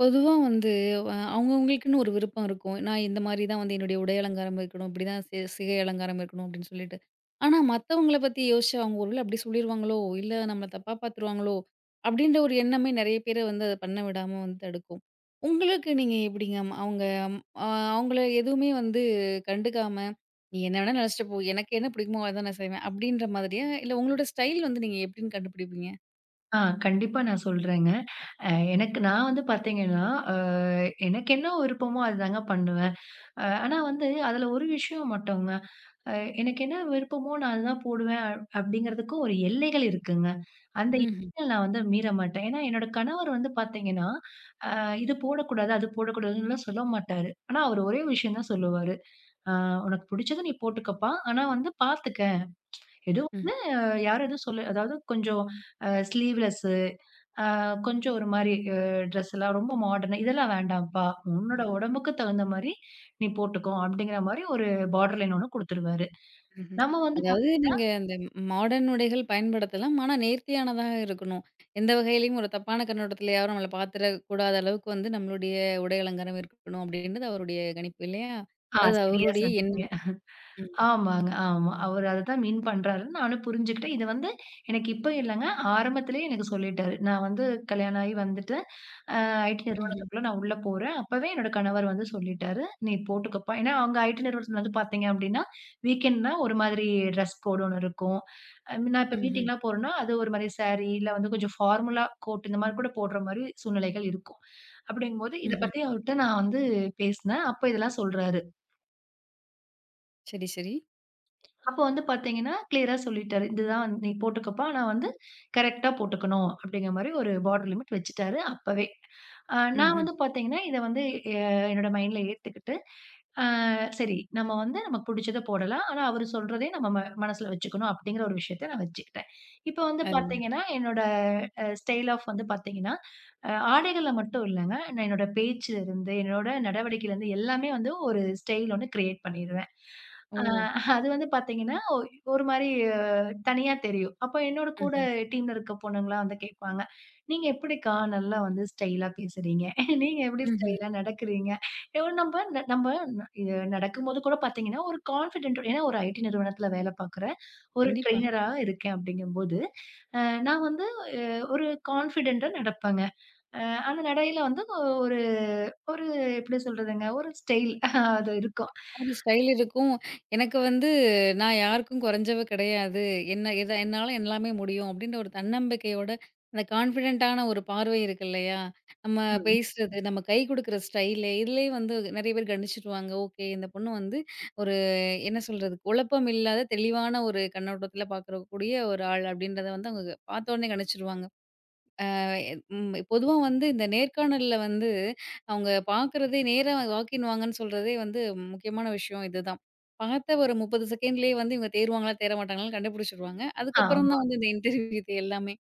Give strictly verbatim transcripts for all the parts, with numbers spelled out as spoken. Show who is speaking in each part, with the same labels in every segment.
Speaker 1: பொதுவா வந்து அ அவங்கவங்களுக்குன்னு ஒரு விருப்பம் இருக்கும். நான் இந்த மாரி தான் வந்து என்னுடைய உடை அலங்காரம் இருக்கணும். இப்படிதான் சி சிகை அலங்காரம் இருக்கணும் அப்படின்னு சொல்லிட்டு. ஆனா மத்தவங்கள பத்தி யோசிச்சா அவங்க ஒருவேள அப்படி சொல்லிருவாங்களோ, இல்ல நம்மள தப்பா பார்த்துருவாங்களோ, அப்படின்ற ஒரு எண்ணமே நெறைய பேர வந்து அத பண்ண விடாம வந்து தடுக்கும். உங்களுக்கு நீங்க எப்படிங்க? அம் அவங்க அ அவங்கள எதுவுமே வந்து கண்டுக்காம, "நீ என்ன வேணா நெனச்சுட்டு போ. எனக்கு என்ன பிடிக்குமோ அதான் நான் செய்வேன்." அப்படின்ற மாதிரியா? இல்ல உங்களோட ஸ்டைல் வந்து நீங்க எப்படின்னு கண்டுபிடிப்பீங்க?
Speaker 2: ஆ, கண்டிப்பா நான் சொல்றேங்க. அ எனக்கு நான் வந்து பார்த்தீங்கன்னா, அ எனக்கு என்ன விருப்பமோ அதுதாங்க பண்ணுவேன். அ ஆனா வந்து அதுல ஒரு விஷயம் மட்டுங்க. அ எனக்கு என்ன விருப்பமோ நான் அதுதான் போடுவேன். அ அப்படிங்கிறதுக்கும் ஒரு எல்லைகள் இருக்குங்க. அந்த
Speaker 1: ம்ஹ்ம்.
Speaker 2: எல்லைகள் நான் வந்து மீற மாட்டேன். ஏன்னா என்னோட கணவர் வந்து பார்த்தீங்கன்னா, அ இது போடக்கூடாது, அது போடக்கூடாதுன்னுலாம் சொல்ல மாட்டாரு. ஆனா அவர் ஒரே விஷயம் தான் சொல்லுவாரு. "அ உனக்கு புடிச்சத நீ போட்டுக்கப்பா. ஆனா வந்து பார்த்துக்க. எதுவும் வந்து அஹ் யாரும் எதுவும் சொல்ல, அதாவது கொஞ்சம் அ ஸ்லீவ்லெஸ், அ கொஞ்சம் ஒரு மாரி அ ட்ரெஸ் எல்லாம் ரொம்ப மாடர்னா, இதெல்லாம் வேண்டாம்ப்பா. உன்னோட
Speaker 1: ம்.
Speaker 2: உடம்புக்கு தகுந்த மாரி நீ போட்டுக்கோ." அப்படிங்கிற மாரி ஒரு பார்டர் லைன் ஒண்ணு குடுத்துருவாரு.
Speaker 1: ம்ஹ்ம்.
Speaker 2: நம்ம வந்து பாத்
Speaker 1: அதாவது நீங்க அந்த மாடர்ன் உடைகள் பயன்படுத்தலாம். ஆனா நேர்த்தியானதாக இருக்கணும். எந்த வகையிலயும் ஒரு தப்பான கண்ணோட்டத்துல யாரும் நம்மள பார்த்துறக் கூடாத அளவுக்கு வந்து நம்மளுடைய உடை அலங்காரம் இருக்கணும் அப்படின்றது அவருடைய கணிப்பு இல்லையா?
Speaker 2: ஆ,
Speaker 1: அது
Speaker 2: சரியா
Speaker 1: அவருடைய
Speaker 2: சொன்னீங்க.
Speaker 1: எண்ணம். ம்.
Speaker 2: ஆமாங்க, ஆமா. அவரு அததான் மீன் பண்றாருன்னு நானும் புரிஞ்சுக்கிட்டேன். இது வந்து எனக்கு இப்ப இல்லங்க. ஆரம்பத்திலேயே எனக்கு சொல்லிட்டாரு. நான் வந்து கல்யாணம் ஆகி வந்துட்டேன். ஐடி
Speaker 1: ம்ஹ்ம்.
Speaker 2: நிறுவனத்துக்குள்ள நான் உள்ள போறேன். அப்பவே என்னோட கணவர் வந்து சொல்லிட்டாரு. "நீ போட்டுக்கப்பா." ஏன்னா அவங்க ஐடி நிறுவனத்துல வந்து பார்த்தீங்க அப்படின்னா, வீக்கெண்ட்னா ஒரு மாதிரி ட்ரெஸ் கோடு ஒண்ணு இருக்கும். அ நான் இப்ப
Speaker 1: ம்ஹ்ம்.
Speaker 2: மீட்டிங்லாம் போறேன்னா, அது ஒரு மாதிரி சாரி, இல்ல வந்து கொஞ்சம் ஃபார்மலா கோட் இந்த மாரி கூட போடுற மாரி சூழ்நிலைகள் இருக்கும். அப்படிங்கும்போது இத
Speaker 1: ம்ஹ்ம்.
Speaker 2: பத்தி அவர்ட்ட நான் வந்து பேசினேன். அப்ப இதெல்லாம் சொல்றாரு.
Speaker 1: சரி, சரி.
Speaker 2: அப்ப வந்து பார்த்தீங்கன்னா, கிளியரா சொல்லிட்டாரு. "இதுதான் வந்து நீ போட்டுக்கப்பா. ஆனா வந்து கரெக்ட்டா போட்டுக்கணும்." அப்படிங்கிற மாரி ஒரு பார்டர் லிமிட் வச்சுட்டாரு அப்பவே. அ நான்
Speaker 1: ம்ஹ்ம்.
Speaker 2: வந்து பார்த்தீங்கன்னா, இத வந்து எ என்னோட மைண்ட்ல ஏத்துக்கிட்டு, அ சரி நம்ம வந்து நமக்கு புடிச்சத போடலாம். ஆனா அவரு சொல்றதையும் நம்ம ம மனசுல வச்சுக்கணும் அப்படிங்கிற ஒரு விஷயத்த நான் வச்சுக்கிட்டேன். இப்ப வந்து
Speaker 1: அருமை.
Speaker 2: பார்த்தீங்கன்னா, என்னோட அ ஸ்டைல் ஆஃப் வந்து பார்த்தீங்கன்னா, அ ஆடைகள்ல மட்டும் இல்லங்க. நான் என்னோட பேச்சுலருந்து, என்னோட நடவடிக்கையிலருந்து எல்லாமே வந்து ஒரு ஸ்டைல் ஒண்ணு கிரியேட் பண்ணிருவேன்.
Speaker 1: ஓ!
Speaker 2: அ அது வந்து பார்த்தீங்கன்னா ஒரு மாரி தனியா தெரியும். அப்ப என்னோட கூட
Speaker 1: ம்ஹ்ம்.
Speaker 2: டீம்ல இருக்க பொண்ணுங்கலாம் வந்து கேட்பாங்க. "நீங்க எப்படிக்கா நல்லா வந்து ஸ்டைலா பேசுறீங்க? நீங்க எப்படி
Speaker 1: ம்ஹ்ம்.
Speaker 2: ஸ்டைலா நடக்கிறீங்க?" எவ் நம்ப நம்ப இது நடக்கும்போது கூட பார்த்தீங்கன்னா, ஒரு கான்ஃபிடென்ட் ஏன்னா ஒரு ஐடி நிறுவனத்தில வேலை பார்க்குறேன். ஒரு
Speaker 1: கண்டிப்பா.
Speaker 2: ட்ரெய்னரா இருக்கேன் அப்படிங்கும்போது, அ நான் வந்து ஒரு கான்ஃபிடென்ட்டா நடப்பேங்க. அந்த நடையில வந்து ஒரு ஒரு எப்படி சொல்றதுங்க? ஒரு ஸ்டைல் அது இருக்கும்.
Speaker 1: ஒரு ஸ்டைல் இருக்கும். எனக்கு வந்து நான் யாருக்கும் குறைஞ்சவ கிடையாது. என்ன எத என்னால எல்லாமே முடியும் அப்படின்ற ஒரு தன்னம்பிக்கையோட, அந்த கான்ஃபிடென்ட்டான ஒரு பார்வை இருக்கு இல்லையா? நம்ம
Speaker 2: ம்.
Speaker 1: பேசுறது, நம்ம கை குடுக்குற ஸ்டைலு, இதுலயே வந்து நெறைய பேர் கணிச்சுடுவாங்க. ஓகே இந்த பொண்ணு வந்து ஒரு என்ன சொல்றது? குழப்பம் இல்லாத தெளிவான ஒரு கண்ணோட்டத்தில பார்க்கக்கூடிய ஒரு ஆள் அப்படின்றத வந்து அவங்க பார்த்தோனே கணிச்சுருவாங்க. ம் பொதுவா வந்து இந்த நேர்காணல்ல வந்து அவங்க பார்க்குறதே நேரா வாக்கின் வாங்கன்னு சொல்றதே வந்து முக்கியமான விஷயம் இதுதான். பார்த்த ஒரு முப்பது செகண்ட்லேயே வந்து இவங்க தேறுவாங்களா, தேற மாட்டாங்களான்னு கண்டுபிடிச்சுருவாங்க. அதுக்கப்புறம்
Speaker 2: ஆமா.
Speaker 1: தான் வந்து இந்த இன்டர்வியூ இது எல்லாமே.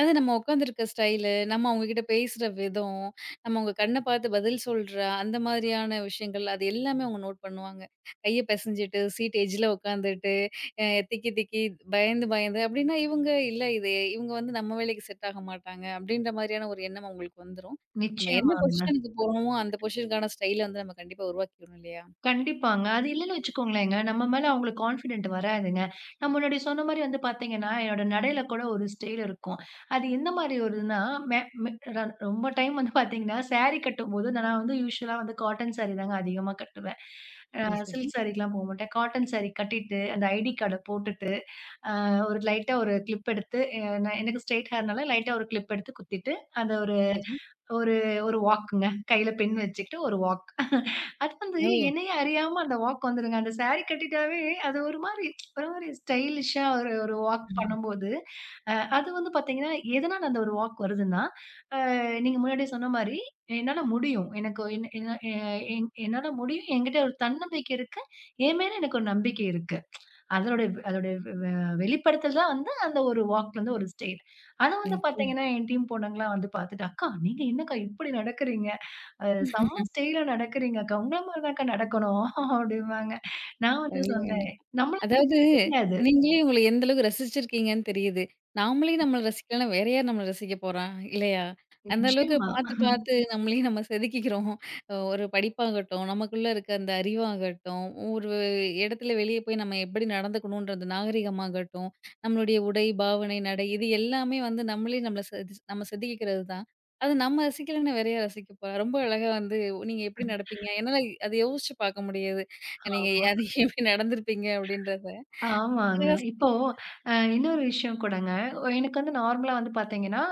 Speaker 1: அது நம்ம உட்காந்துருக்க ஸ்டைலு, நம்ம அவுங்ககிட்ட பேசுற விதம், நம்ம அவுங்க கண்ண பார்த்து பதில் சொல்ற அந்த மாதிரியான விஷயங்கள், அது எல்லாமே அவுங்க நோட் பண்ணுவாங்க. கைய பெசஞ்சுட்டு, சீட் எட்ஜ்ல உட்காந்துட்டு, அ திக்கி திக்கி, பயந்து பயந்து அப்டின்னா, இவுங்க இல்ல இது இவுங்க வந்து நம்ம வேலைக்கு செட் ஆக மாட்டாங்க அப்டின்ற மாதிரியான ஒரு எண்ணம் அவுங்களுக்கு வந்துரும். நம்ம என்ன
Speaker 2: நிச்சயமாங்க.
Speaker 1: பொசிஷனுக்கு போறோமோ, அந்த பொசிஷனுக்கான ஸ்டைல வந்து நம்ம கண்டிப்பா உருவாக்கிக்கணும் இல்லையா?
Speaker 2: கண்டிப்பாங்க. அது இல்லன்னு வச்சுக்கோங்களேங்க, நம்ம மேல அவங்களுக்கு கான்ஃபிடென்ட் வராதுங்க. நான் முன்னாடி சொன்ன மாரி வந்து பார்த்தீங்கன்னா, என்னோட நடையில கூட ஒரு ஸ்டைல் இருக்கும். அது எந்த மாரி ஒருதுன்னா, மெ மெ ர ரொம்ப டைம் வந்து பார்த்தீங்கன்னா, சாரி கட்டும்போது நான் வந்து யூசுவலா வந்து காட்டன் சாரி தாங்க அதிகமா கட்டுவேன். அ
Speaker 1: சரி, சரி,
Speaker 2: சில்க் சாரிக்குலாம் போ மாட்டேன். காட்டன் சாரி கட்டிட்டு, அந்த ஐடி கார்ட போட்டுட்டு, அ ஒரு லைட்டா ஒரு கிளிப் எடுத்து, அ நான் எனக்கு ஸ்ட்ரெய்ட் ஹேர்னால லைட்டா ஒரு கிளிப் எடுத்து குத்திட்டு, அந்த ஒரு
Speaker 1: சரி.
Speaker 2: ஒரு ஒரு வாக்குங்க. கையில பென் வச்சுக்கிட்டு ஒரு வாக். அது வந்து
Speaker 1: ஓ!
Speaker 2: என்னையே அறியாம அந்த வாக் வந்துருங்க. அந்த சாரி கட்டிட்டாவே அது ஒரு மாரி ஒரு மாரி ஸ்டைலிஷா ஒரு ஒரு வாக்
Speaker 1: ம்.
Speaker 2: பண்ணும்போது, அ அது வந்து பார்த்தீங்கன்னா, எதனால அந்த ஒரு வாக் வருதுன்னா, அ நீங்க முன்னாடியே சொன்ன மாரி, என்னால முடியும். எனக்கு என் என் எ என் என்னால முடியும். என்கிட்ட ஒரு தன்னம்பிக்கை இருக்கு. என் மேல எனக்கு ஒரு நம்பிக்கை இருக்கு. அதனுடைய அதோடைய வெ வெளிப்படுத்தல் தான் வந்து அந்த ஒரு வாக்லருந்து ஒரு ஸ்டைல். அத வந்து
Speaker 1: நிச்சயமா.
Speaker 2: பாத்தீங்கன்னா, என் டீம் பொண்ணுங்கலாம் வந்து பாத்துட்டு, "அக்கா நீங்க என்னக்கா இப்படி நடக்குறீங்க? அ செம்ம ஸ்டைலா நடக்குறீங்க அக்கா. உங்கள மாரி தான்க்கா நடக்கணும்." அப்படிம்பாங்க. நான் வந்து
Speaker 1: கண்டிப்பா,
Speaker 2: சொன்னேன்,
Speaker 1: கண்டிப்பா.
Speaker 2: "நம்மளுக்கு
Speaker 1: அதாவது,
Speaker 2: தெரியாது."
Speaker 1: நீங்களே உங்கள எந்த அளவுக்கு ரசிச்சிருக்கீங்கன்னு தெரியுது. நாமளே நம்மள ரசிக்கலன்னா, வேற யார் நம்மள ரசிக்க போறா? இல்லையா? அந்த அளவுக்கு
Speaker 2: நிச்சயமா.
Speaker 1: பார்த்து, பார்த்து நம்மளே நம்ம செதுக்கிக்கிறோம். அ ஒரு படிப்பாகட்டும், நமக்குள்ள இருக்க அந்த அறிவாகட்டும், ஒரு இடத்துல வெளிய போய் நம்ம எப்படி நடந்துக்கணுன்றது நாகரிகமாகட்டும், நம்மளுடைய உடை, பாவனை, நடை இது எல்லாமே வந்து நம்மளே நம்மள செது நம்ம செதுக்கிக்கிறது தான். அது நம்ம ரசிக்கலன்னா வேற யார் ரசிக்க போறா? ரொம்ப அழகா வந்து நீங்க எப்படி நடப்பீங்க? என்னால அத யோசிச்சு பார்க்க முடியுது. நீங்க
Speaker 2: ஆமா.
Speaker 1: அது எப்படி நடந்திருப்பீங்க அப்படின்றத.
Speaker 2: ஆமாங்க.
Speaker 1: அழகா சொ
Speaker 2: இப்போ அ இன்னொரு விஷயம் கூடங்க. எனக்கு வந்து நார்மலா வந்து பார்த்தீங்கன்னா,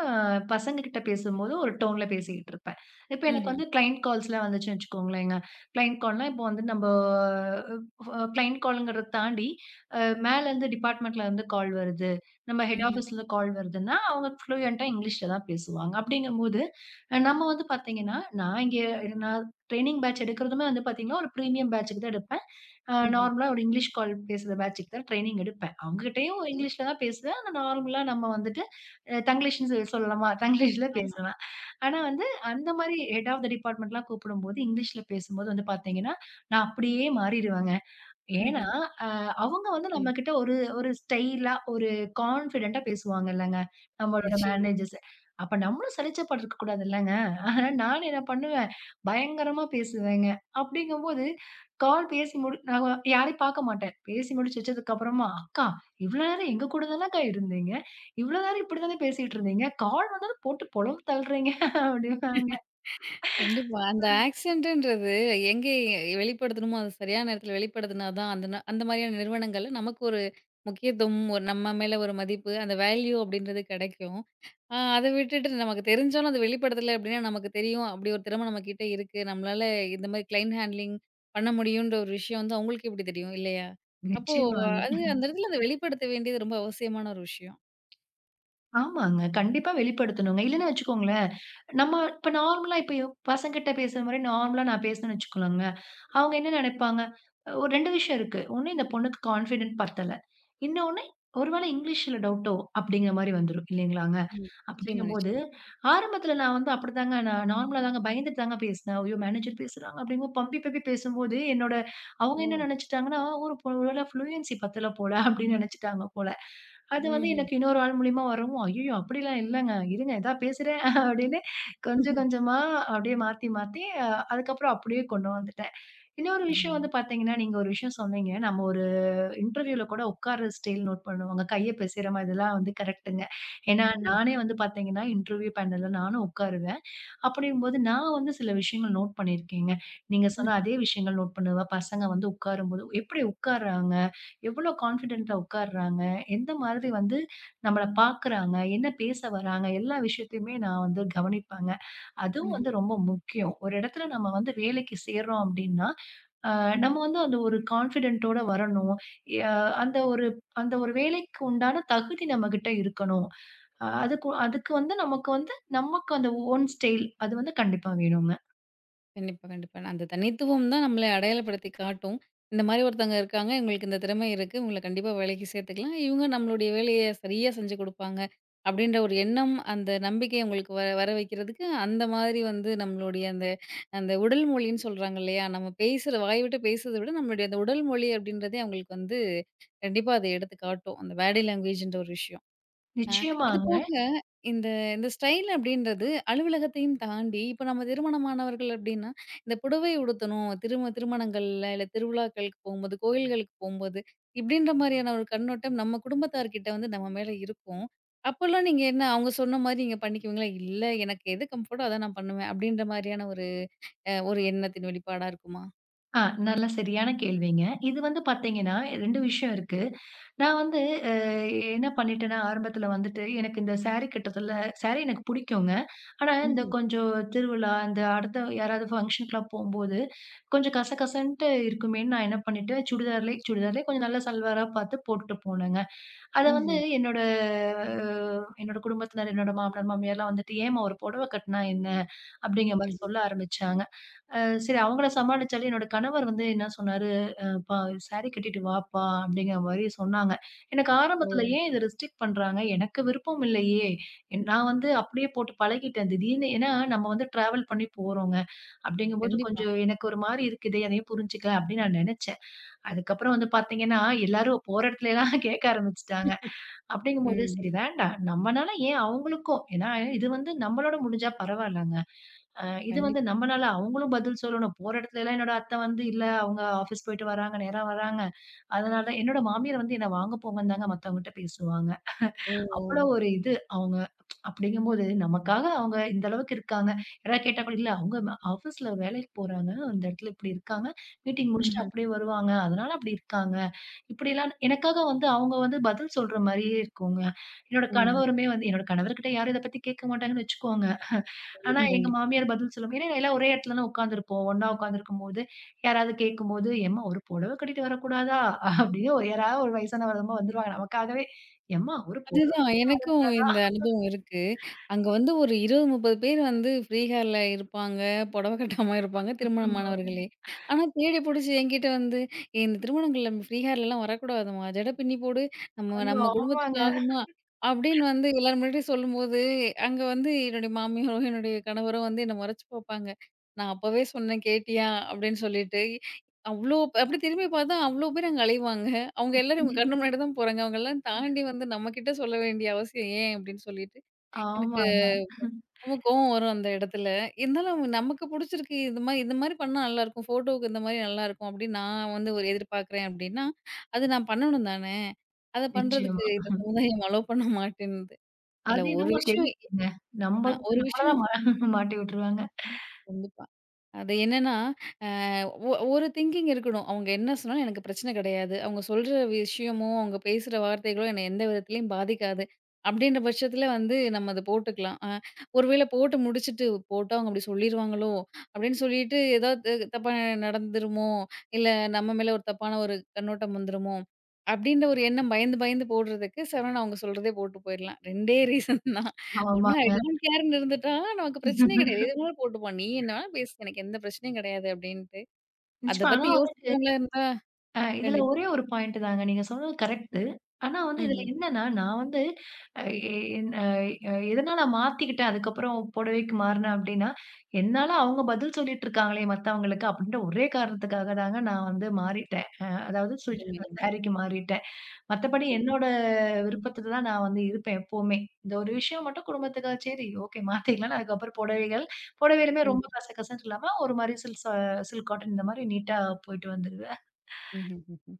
Speaker 2: பசங்ககிட்ட பேசும்போது ஒரு டோன்ல பேசிக்கிட்டு இருப்பேன். இப்ப எனக்கு
Speaker 1: ம்ஹ்ம்.
Speaker 2: வந்து கிளையன்ட் கால்ஸ்லாம் வந்துச்சுன்னு வச்சுக்கோங்களேங்க. கிளையன்ட் கால்னா இப்போ வந்து நம்ப அ கிளையன்ட் கால்ங்கிறத தாண்டி, அ மேலருந்து டிபார்ட்மெண்ட்ல இருந்து கால் வருது. நம்ம ஹெட்
Speaker 1: ம்ஹ்ம்.
Speaker 2: ஆஃபீஸ்ல கால் வருதுன்னா, அவங்க ஃப்ளூயன்ட்டா இங்கிலீஷ்ல தான் பேசுவாங்க. அப்படிங்கும்போது, அ, நம்ம வந்து பார்த்தீங்கன்னா, நான் இங்க நான் ட்ரெய்னிங் பேட்ச் எடுக்கிறதுமே வந்து பார்த்தீங்கன்னா, ஒரு பிரீமியம் பேட்ச்சுக்கு தான் எடுப்பேன். ஆ,
Speaker 1: ம்ஹ்ம்.
Speaker 2: நார்மலா ஒரு இங்கிலீஷ் கால் பேசுற பேட்சுக்கு தான் ட்ரெய்னிங் எடுப்பேன். அவங்ககிட்டயும்
Speaker 1: சரி.
Speaker 2: இங்கிலீஷ்ல தான் பேசுவேன். ஆனா நார்மலா நம்ம வந்துட்டு அ தங்கிலீஷ்ன்னு சொ சொல்லலாமா? தங்கிலீஷ்ல
Speaker 1: ஆமா.
Speaker 2: பேசுவேன். ஆனா வந்து அந்த மாரி ஹெட் ஆஃப் த டிபார்ட்மென்ட்லாம் கூப்பிடும்போது, இங்கிலீஷ்ல பேசும்போது வந்து பார்த்தீங்கன்னா, நான் அப்படியே மாறிருவேங்க. ஏன்னா,
Speaker 1: ம்ஹ்ம்.
Speaker 2: அ அவங்க வந்து
Speaker 1: ம்.
Speaker 2: நம்மகிட்ட ஒரு ஒரு ஸ்டைலா, ஒரு கான்ஃபிடென்ட்டா பேசுவாங்கல்லங்க, நம்மளோட
Speaker 1: நிச்சயமா.
Speaker 2: மேனேஜர்ஸ். அப்ப நம்மளும் சலிச்ச பட்டுருக்க கூடாதுல்லங்க. ஆ, நானும் என்ன பண்ணுவேன், பயங்கரமா பேசுவேங்க. அப்படிங்கும்போது, கால் பேசி முடி நான் யாரையும் பார்க்க மாட்டேன். பேசி முடிச்சு வச்சதுக்கு அப்புறமா, "அக்கா, இவ்வளோ நேரம் எங்க கூட தானக்கா இருந்தீங்க. இவ்வளோ நேரம் இப்படி தானே பேசிட்டு இருந்தீங்க. கால் வந்ததும் போட்டு பொழந்து தள்ளுறீங்க." அப்படிம்பாங்க.
Speaker 1: கண்டிப்பா. அந்த ஆக்சிடென்ட்ன்றது எங்கே வெளிப்படுத்தணுமோ, அது சரியான நேரத்தில வெளிப்படுத்தினா தான், அந்த ந அந்த மாரியான நிறுவனங்கள்ல நமக்கு ஒரு முக்கியத்துவம், ஒரு நம்ம மேல ஒரு மதிப்பு, அந்த வேல்யூ அப்படின்றது கிடைக்கும். அ அத விட்டுட்டு நமக்கு தெரிஞ்சாலும் அது வெளிப்படுத்தல அப்படின்னா, நமக்கு தெரியும் அப்படி ஒரு திறமை நம்ம கிட்ட இருக்கு. நம்மளால இந்த மாரி கிளைண்ட் ஹேண்ட்லிங் பண்ண முடியுன்ற ஒரு விஷயம் வந்து அவங்களுக்கு எப்படி தெரியும்? இல்லையா? அப்போ
Speaker 2: நிச்சயமாங்க.
Speaker 1: அது அந்த இடத்துல அத வெளிப்படுத்த வேண்டியது ரொம்ப அவசியமான ஒரு விஷயம்.
Speaker 2: ஆமாங்க. கண்டிப்பா வெளிப்படுத்தணுங்க. இல்லன்னு வச்சுக்கோங்களேன், நம்ம இப்ப நார்மலா இப்ப பசங்ககிட்ட பேசுற மாரி நார்மலா நான் பேசுனேன்னு வச்சுக்கோங்களேங்க, அவங்க என்ன நெனைப்பாங்க? ஒரு ரெண்டு விஷயம் இருக்கு. ஒண்ணு, இந்த பொண்ணுக்கு கான்ஃபிடென்ட் பத்தல. இன்னொன்னு, ஒருவேளை இங்கிலீஷ்ல டவுட்டோ! அப்பிடிங்கிற மாரி வந்துரும் இல்லேங்களாங்க.
Speaker 1: ம். நிச்சயமா,
Speaker 2: அப்பிடிங்கம்போது,
Speaker 1: நிச்சயமா.
Speaker 2: ஆரம்பத்தில நான் வந்து அப்பிடிதாங்க நான் நார்மலா தாங்க பயந்துட்டு தாங்க பேசினேன். ஐயோ! மேனேஜர் பேசுறாங்க அப்பிடிங்கவும் பம்பி, பம்பி பேசும்போது என்னோட அவங்க என்ன
Speaker 1: ஓ!
Speaker 2: நெனச்சுட்டாங்கன்னா, ஒரு ஒருவேள ஃப்ளூயன்சி பத்தல போல அப்பிடின்னு நெனச்சுட்டாங்க போல. அது வந்து
Speaker 1: ம்ஹ்ம்.
Speaker 2: எனக்கு இன்னொரு ஆள் மூலியமா வரவும், "ஐயய்யோ! அப்படிலாம் இல்லங்க. இருங்க இதா பேசுறேன்." அப்படின்னு கொஞ்சம் கொஞ்சமா அப்படியே மாத்தி மாத்தி அ அதுக்கப்புறம் அப்படியே கொண்டு வந்துட்டேன். இன்னொரு விஷயம்
Speaker 1: அருமை.
Speaker 2: வந்து பார்த்தீங்கன்னா, நீங்க ஒரு விஷயம் சொன்னீங்க. நம்ம ஒரு இன்டர்வியூல கூட உட்கார்ற ஸ்டைல் நோட் பண்ணுவாங்க. கைய பெசைற மாரி இதெல்லாம் வந்து கரெக்ட்டுங்க. ஏன்னா, ம்.
Speaker 1: ம்.
Speaker 2: நானே வந்து பார்த்தீங்கன்னா, இன்டர்வியூ பேனல்ல நானும் உட்காருவேன். அப்படிங்கும்போது நான் வந்து சில விஷயங்கள் நோட் பண்ணியிருக்கேங்க. நீங்க
Speaker 1: ம்.
Speaker 2: சொன்ன அதே விஷயங்கள் நோட் பண்ணுவேன். பசங்க வந்து உட்காரும்போது எப்படி உட்காருறாங்க? எவ்வளோ கான்ஃபிடென்ட்டா உட்காருறாங்க? எந்த மாதிரி வந்து நம்மள பார்க்குறாங்க? என்ன பேச வராங்க? எல்லா விஷயத்தையுமே நான் வந்து கவனிப்பேங்க. அதுவும்
Speaker 1: ம்ஹ்ம்.
Speaker 2: வந்து ரொம்ப முக்கியம். ஒரு இடத்துல நம்ம வந்து வேலைக்கு சேர்றோம் அப்படின்னா, அ நம்ம வந்து அந்த ஒரு கான்ஃபிடென்ட்டோட வரணும். எ அந்த ஒரு அந்த ஒரு வேலைக்கு உண்டான தகுதி நம்மகிட்ட இருக்கணும். அ அதுக்கு அதுக்கு வந்து நமக்கு வந்து நமக்கு அந்த ஓன் ஸ்டைல் அது வந்து கண்டிப்பா வேணுங்க.
Speaker 1: கண்டிப்பா, கண்டிப்பா. அந்த தனித்துவம் தான் நம்மள அடையாளப்படுத்தி காட்டும். இந்த மாரி ஒருத்தவங்க இருக்காங்க. இவங்களுக்கு இந்த திறமை இருக்கு. இவங்கள கண்டிப்பா வேலைக்கு சேர்த்துக்கலாம். இவங்க நம்மளுடைய வேலைய சரியா செஞ்சு குடுப்பாங்க. அப்படின்ற ஒரு எண்ணம், அந்த நம்பிக்கை உங்களுக்கு வர வர வைக்கிறதுக்கு, அந்த மாதிரி வந்து நம்மளுடைய அந்த அந்த உடல் மொழின்னு சொல்றாங்க இல்லையா? நம்ம பேசுற வாய் விட்டு பேசுறத விட, நம்மளுடைய அந்த உடல் மொழி அப்படின்றதே அவங்களுக்கு வந்து கண்டிப்பா அத எடுத்து காட்டும். அந்த பாடி லாங்குவேஜ்ன்ற ஒரு விஷயம். அ இது
Speaker 2: நிச்சயமாங்க.
Speaker 1: போக இந்த இந்த ஸ்டைல் அப்படின்றது அலுவலகத்தையும் தாண்டி, இப்போ நம்ம திருமணமானவர்கள் அப்படின்னா, இந்த புடவை உடுத்தணும் திரும திருமணங்கள்ல இல்ல திருவிழாக்களுக்கு போம்போது, கோயில்களுக்கு போம்போது, இப்படின்ற மாரியான ஒரு கண்ணோட்டம் நம்ம குடும்பத்தார்கிட்ட வந்து நம்ம மேல இருக்கும். அப்போலாம் நீங்க என்ன அவங்க சொன்ன மாரி நீங்க பண்ணிக்குவீங்களா? "இல்ல எனக்கு எது கம்ஃபர்ட்டோ அதான் நான் பண்ணுவேன்." அப்படின்ற மாரியான ஒரு அ ஒரு எண்ணத்தின் வெளிப்பாடா இருக்குமா?
Speaker 2: ஆ, நல்ல சரியான கேள்விங்க. இது வந்து பார்த்தீங்கன்னா ரெண்டு விஷயம் இருக்கு. நான் வந்து அ என்ன பண்ணிட்டேன்னா, ஆரம்பத்தில வந்துட்டு எனக்கு இந்த சாரி கட்டத்தில சாரி எனக்கு பிடிக்குங்க. ஆனா இந்த
Speaker 1: ம்ஹ்ம்.
Speaker 2: கொஞ்சம் திருவிழா, இந்த அடுத்த யாராவது ஃபங்ஷனுக்குலாம் போம்போது, கொஞ்சம் கசகசன்ட்டு இருக்குமேன்னு நான் என்ன பண்ணிட்டேன், சுடிதார்லே சுடிதார்லே கொஞ்சம் நல்ல சல்வாரா பார்த்து போட்டுட்டு போனேங்க. அத வந்து
Speaker 1: ம்ஹ்ம்.
Speaker 2: என்னோட அஹ், என்னோட குடும்பத்தினர், என்னோட மாமனார், மாமியார்லாம் வந்துட்டு, "ஏம்மா, ஒரு புடவ கட்னா என்ன?" அப்படிங்கிற மாரி
Speaker 1: ம்ஹ்ம்.
Speaker 2: சொல்ல ஆரம்பிச்சாங்க. அ சரி, அவங்கள சமாளிச்சாலும் என்னோட கணவர் வந்து என்ன சொன்னாரு, "அப்பா, சாரி கட்டிட்டு வாப்பா" அப்படிங்கிற மாரி சொன்னாங்க. எனக்கு
Speaker 1: ஓ!
Speaker 2: ஆரம்பத்தில ஏன் இத ரெஸ்ட்ரிக்ட் பண்றாங்க? எனக்கு விருப்பம் இல்லையே! என்- நான் வந்து அப்படியே போட்டு பழகிட்டேன். திடீர்னு ஏன்னா நம்ம வந்து டிராவல் பண்ணி போறோங்க. அப்படிங்கும்போது
Speaker 1: கண்டிப்பா.
Speaker 2: கொஞ்சம் எனக்கு ஒரு மாரி இருக்குதே, அதையும் புரிஞ்சுக்க அப்படின்னு நான் நெனச்சேன். அதுக்கப்புறம் வந்து பார்த்தீங்கன்னா, எல்லாரும் போற இடத்துலலாம் கேட்க ஆரம்பிச்சுட்டாங்க. அப்படிங்கும்போது,
Speaker 1: ம்.
Speaker 2: சரி வேண்டாம். நம்மனால ஏன் அவங்களுக்கும் ஏன்னா இது வந்து நம்மளோட முடிஞ்சா பரவாயில்லங்க. அ இது வந்து
Speaker 1: கண்டிப்பா.
Speaker 2: நம்மனால அவங்களும் பதில் சொல்லணும். போற இடத்துலலாம் என்னோட அத்தை வந்து இல்ல அவங்க ஆஃபீஸ் போயிட்டு வராங்க, நேரா வராங்க. அதனால என்னோட மாமியார் வந்து என்ன வாங்க போங்கன்னு தாங்க மத்தவங்ககிட்ட பேசுவாங்க.
Speaker 1: ஓ!
Speaker 2: அவ்வளோ
Speaker 1: ஓ!
Speaker 2: ஒரு இது அவங்க. அப்படிங்கும்போது நமக்காக அவங்க இந்த அளவுக்கு இருக்காங்க. யாராவது கேட்டா கூட, "இல்ல அவங்க ஆஃபீஸ்ல வேலைக்கு போறாங்க. அந்த இடத்துல இப்படி இருக்காங்க. மீட்டிங் முடிச்சுட்டு
Speaker 1: ம்ஹ்ம்.
Speaker 2: அப்படியே வருவாங்க. அதனால அப்படி இருக்காங்க." இப்படிலாம் எனக்காக வந்து அவங்க வந்து பதில் சொல்ற மாரியே இருக்குங்க. என்னோட
Speaker 1: ம்.
Speaker 2: கணவருமே வந்து என்னோட கணவர்கிட்ட யாரும் இத பத்தி கேட்க மாட்டாங்கன்னு வச்சுக்கோங்க. ஆனா
Speaker 1: கண்டிப்பா,
Speaker 2: எங்க
Speaker 1: கண்டிப்பா.
Speaker 2: மாமியார் பதில் சொல்லுவாங்க. ஏன்னா எல்லாம் ஒரே இடத்துல தான் உட்கார்ந்துருப்போம். ஒண்ணா உட்கார்ந்துருக்கும்போது, யாராவது கேட்கும்போது, "ஏம்மா, ஒரு புடவை கட்டிட்டு வரக்கூடாதா?" அப்படின்னு ஒரு யாராவது ஒரு வயசானவரம்மா வந்துருவாங்க. நமக்காகவே, "ஏம்மா ஒரு புடவை."
Speaker 1: அதுதான். எனக்கும் இந்த அனுபவம் இருக்கு. அங்க வந்து ஒரு இருபது, முப்பது பேர் வந்து ஃப்ரீ ஹேர்ல இருப்பாங்க. புடவ கட்டாம இருப்பாங்க. ம். திருமணமானவர்களே. ஆனா தேடி புடிச்சு என்கிட்ட வந்து "ஏய், "இந்த திருமணங்கள்ல ஃப்ரீ ஹேர்லலாம் வரக்கூடாதும்மா. ஜட பின்னி போடு. நம்ம
Speaker 2: ஐயோ!
Speaker 1: நம்ம
Speaker 2: ஆமாங்க.
Speaker 1: குடும்பத்துக்கு ஆகுமா?" அப்படின்னு வந்து எல்லார் முன்னாடியும் சொல்லும்போது, அங்க வந்து என்னுடைய மாமியாரோ, என்னுடைய கணவரோ வந்து என்ன முறைச்சு பார்ப்பாங்க. "நான் அப்பவே சொன்னேன் கேட்டியா?" அப்படின்னு சொல்லிட்டு. அவ்ளோ அப்படி திரும்பி பார்த்தா அவ்ளோ பேர் அங்க அலைவாங்க. அவங்க எல்லாரும் இவங்க கண்ணு முன்னாடி தான் போறாங்க. அவங்கலாம் தாண்டி வந்து நம்மகிட்ட சொல்ல வேண்டிய அவசியம் ஏன்? அப்படின்னு சொல்லிட்டு எனக்கு
Speaker 2: ஆமாமா.
Speaker 1: ரொம்ப கோவம் வரும் அந்த இடத்துல. இருந்தாலும் அவங்க நமக்கு புடிச்சிருக்கு. இது மாரி இந்த மாரி பண்ணா நல்லாருக்கும். ஃபோட்டோவுக்கு இந்த மாரி நல்லாருக்கும் அப்படின்னு நான் வந்து ஒரு எதிர்பார்க்குறேன் அப்படின்னா, அது நான் பண்ணணும் தானே! அத பண்றதுக்கு
Speaker 2: நிச்சயமா.
Speaker 1: இந்த சமுதாயம் அலோ பண்ண மாட்டேன்து. இல்ல
Speaker 2: அது
Speaker 1: ஒரு
Speaker 2: என்னமோ
Speaker 1: விஷயம்
Speaker 2: தெரியுங்க.
Speaker 1: அதான்
Speaker 2: நமக்கு
Speaker 1: ஒரு
Speaker 2: நம்மள
Speaker 1: விஷயம்
Speaker 2: தான் மா மாட்டி விட்டுருவாங்க.
Speaker 1: கண்டிப்பா. அது என்னன்னா, அ ஒ ஒரு திங்கிங் இருக்கணும். அவங்க என்ன சொன்னாலும் எனக்கு பிரச்சனை கிடையாது. அவங்க சொல்ற விஷயமோ, அவங்க பேசுற வார்த்தைகளோ என்னை எந்த விதத்திலயும் பாதிக்காது. அப்படின்ற பட்சத்தில வந்து நம்ம அத போட்டுக்கலாம். அ ஒருவேளை போட்டு முடிச்சுட்டு, போட்டா அவங்க அப்படி சொல்லிருவாங்களோ, அப்படின்னு சொல்லிட்டு ஏதாவது தப்பா நடந்துருமோ, இல்ல நம்ம மேல ஒரு தப்பான ஒரு கண்ணோட்டம் வந்துருமோ, அப்படின்ற ஒரு எண்ணம் பயந்து பயந்து போடுறதுக்கு சரவணா அவங்க சொல்றதே போட்டு போயிரலாம். ரெண்டு ரீசன் தான். ஒண்ணு ஐ
Speaker 2: ஆமாங்க.
Speaker 1: டோன்ட் கேர்ன்னு இருந்துட்டா, நமக்கு பிரச்சனையே கிடையாது. எது வேணாலும் போட்டுப்பான். நீ என்ன வேணாலும் பேசு. எனக்கு எந்த பிரச்சனையும் கிடையாது அப்டின்ட்டு. அத
Speaker 2: நிச்சயமா.
Speaker 1: பத்தி
Speaker 2: ஆனா
Speaker 1: யோசிக்கிறவங்களா இருந்தா
Speaker 2: அ இதுல
Speaker 1: கண்டிப்பா.
Speaker 2: ஒரே ஒரு பாயிண்ட் தாங்க. நீங்க சொன்னது கரெக்ட். ஆனா வந்து இதுல
Speaker 1: ம்ஹ்ம்.
Speaker 2: என்னன்னா, நான் வந்து அ என் அ எதனால மாத்திக்கிட்டேன் அதுக்கப்புறம் புடவைக்கு மாறுனேன் அப்டின்னா, என்னால அவங்க பதில் சொல்லிட்டு இருக்காங்களே மத்தவங்களுக்கு அப்டின்ற ஒரே காரணத்துக்காக தாங்க நான் வந்து மாறிட்டேன். அ அதாவது சுடி
Speaker 1: அருமை, அருமை.
Speaker 2: சாரிக்கு மாறிட்டேன். மத்தபடி
Speaker 1: சரி.
Speaker 2: என்னோட விருப்பத்துல தான் நான் வந்து இருப்பேன் எப்பவுமே. இந்த ஒரு விஷயம் மட்டும் குடும்பத்துக்காக சரி, ஓகே, மாத்திக்கலாம். அதுக்கப்புறம் புடவைகள், புடவையிலுமே
Speaker 1: ம்.
Speaker 2: ரொம்ப கசகசன்னு இல்லாம ஒரு மாரி சில்க் ச சில்க் காட்டன் இந்த மாரி நீட்டா போயிட்டு வந்துருவேன்.
Speaker 1: ம்ஹ்ம், ம்ஹ்ம்.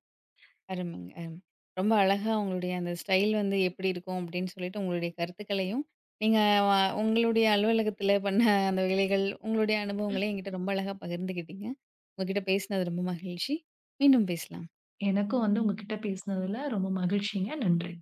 Speaker 1: அருமைங்க, அருமை. ரொம்ப அழகா உங்களுடைய அந்த ஸ்டைல் வந்து எப்படி இருக்கும் அப்டின்னு சொல்லிட்டு உங்களுடைய கருத்துக்களையும், நீங்க வ உங்களுடைய அலுவலகத்தில பண்ண அந்த வேலைகள், உங்களுடைய அனுபவங்களையும் என்கிட்ட ரொம்ப அழகா பகிர்ந்துக்கிட்டீங்க. உங்ககிட்ட பேசினது ரொம்ப மகிழ்ச்சி. மீண்டும் பேசலாம்.
Speaker 2: எனக்கும் வந்து உங்ககிட்ட பேசினதுல ரொம்ப மகிழ்ச்சிங்க. நன்றி.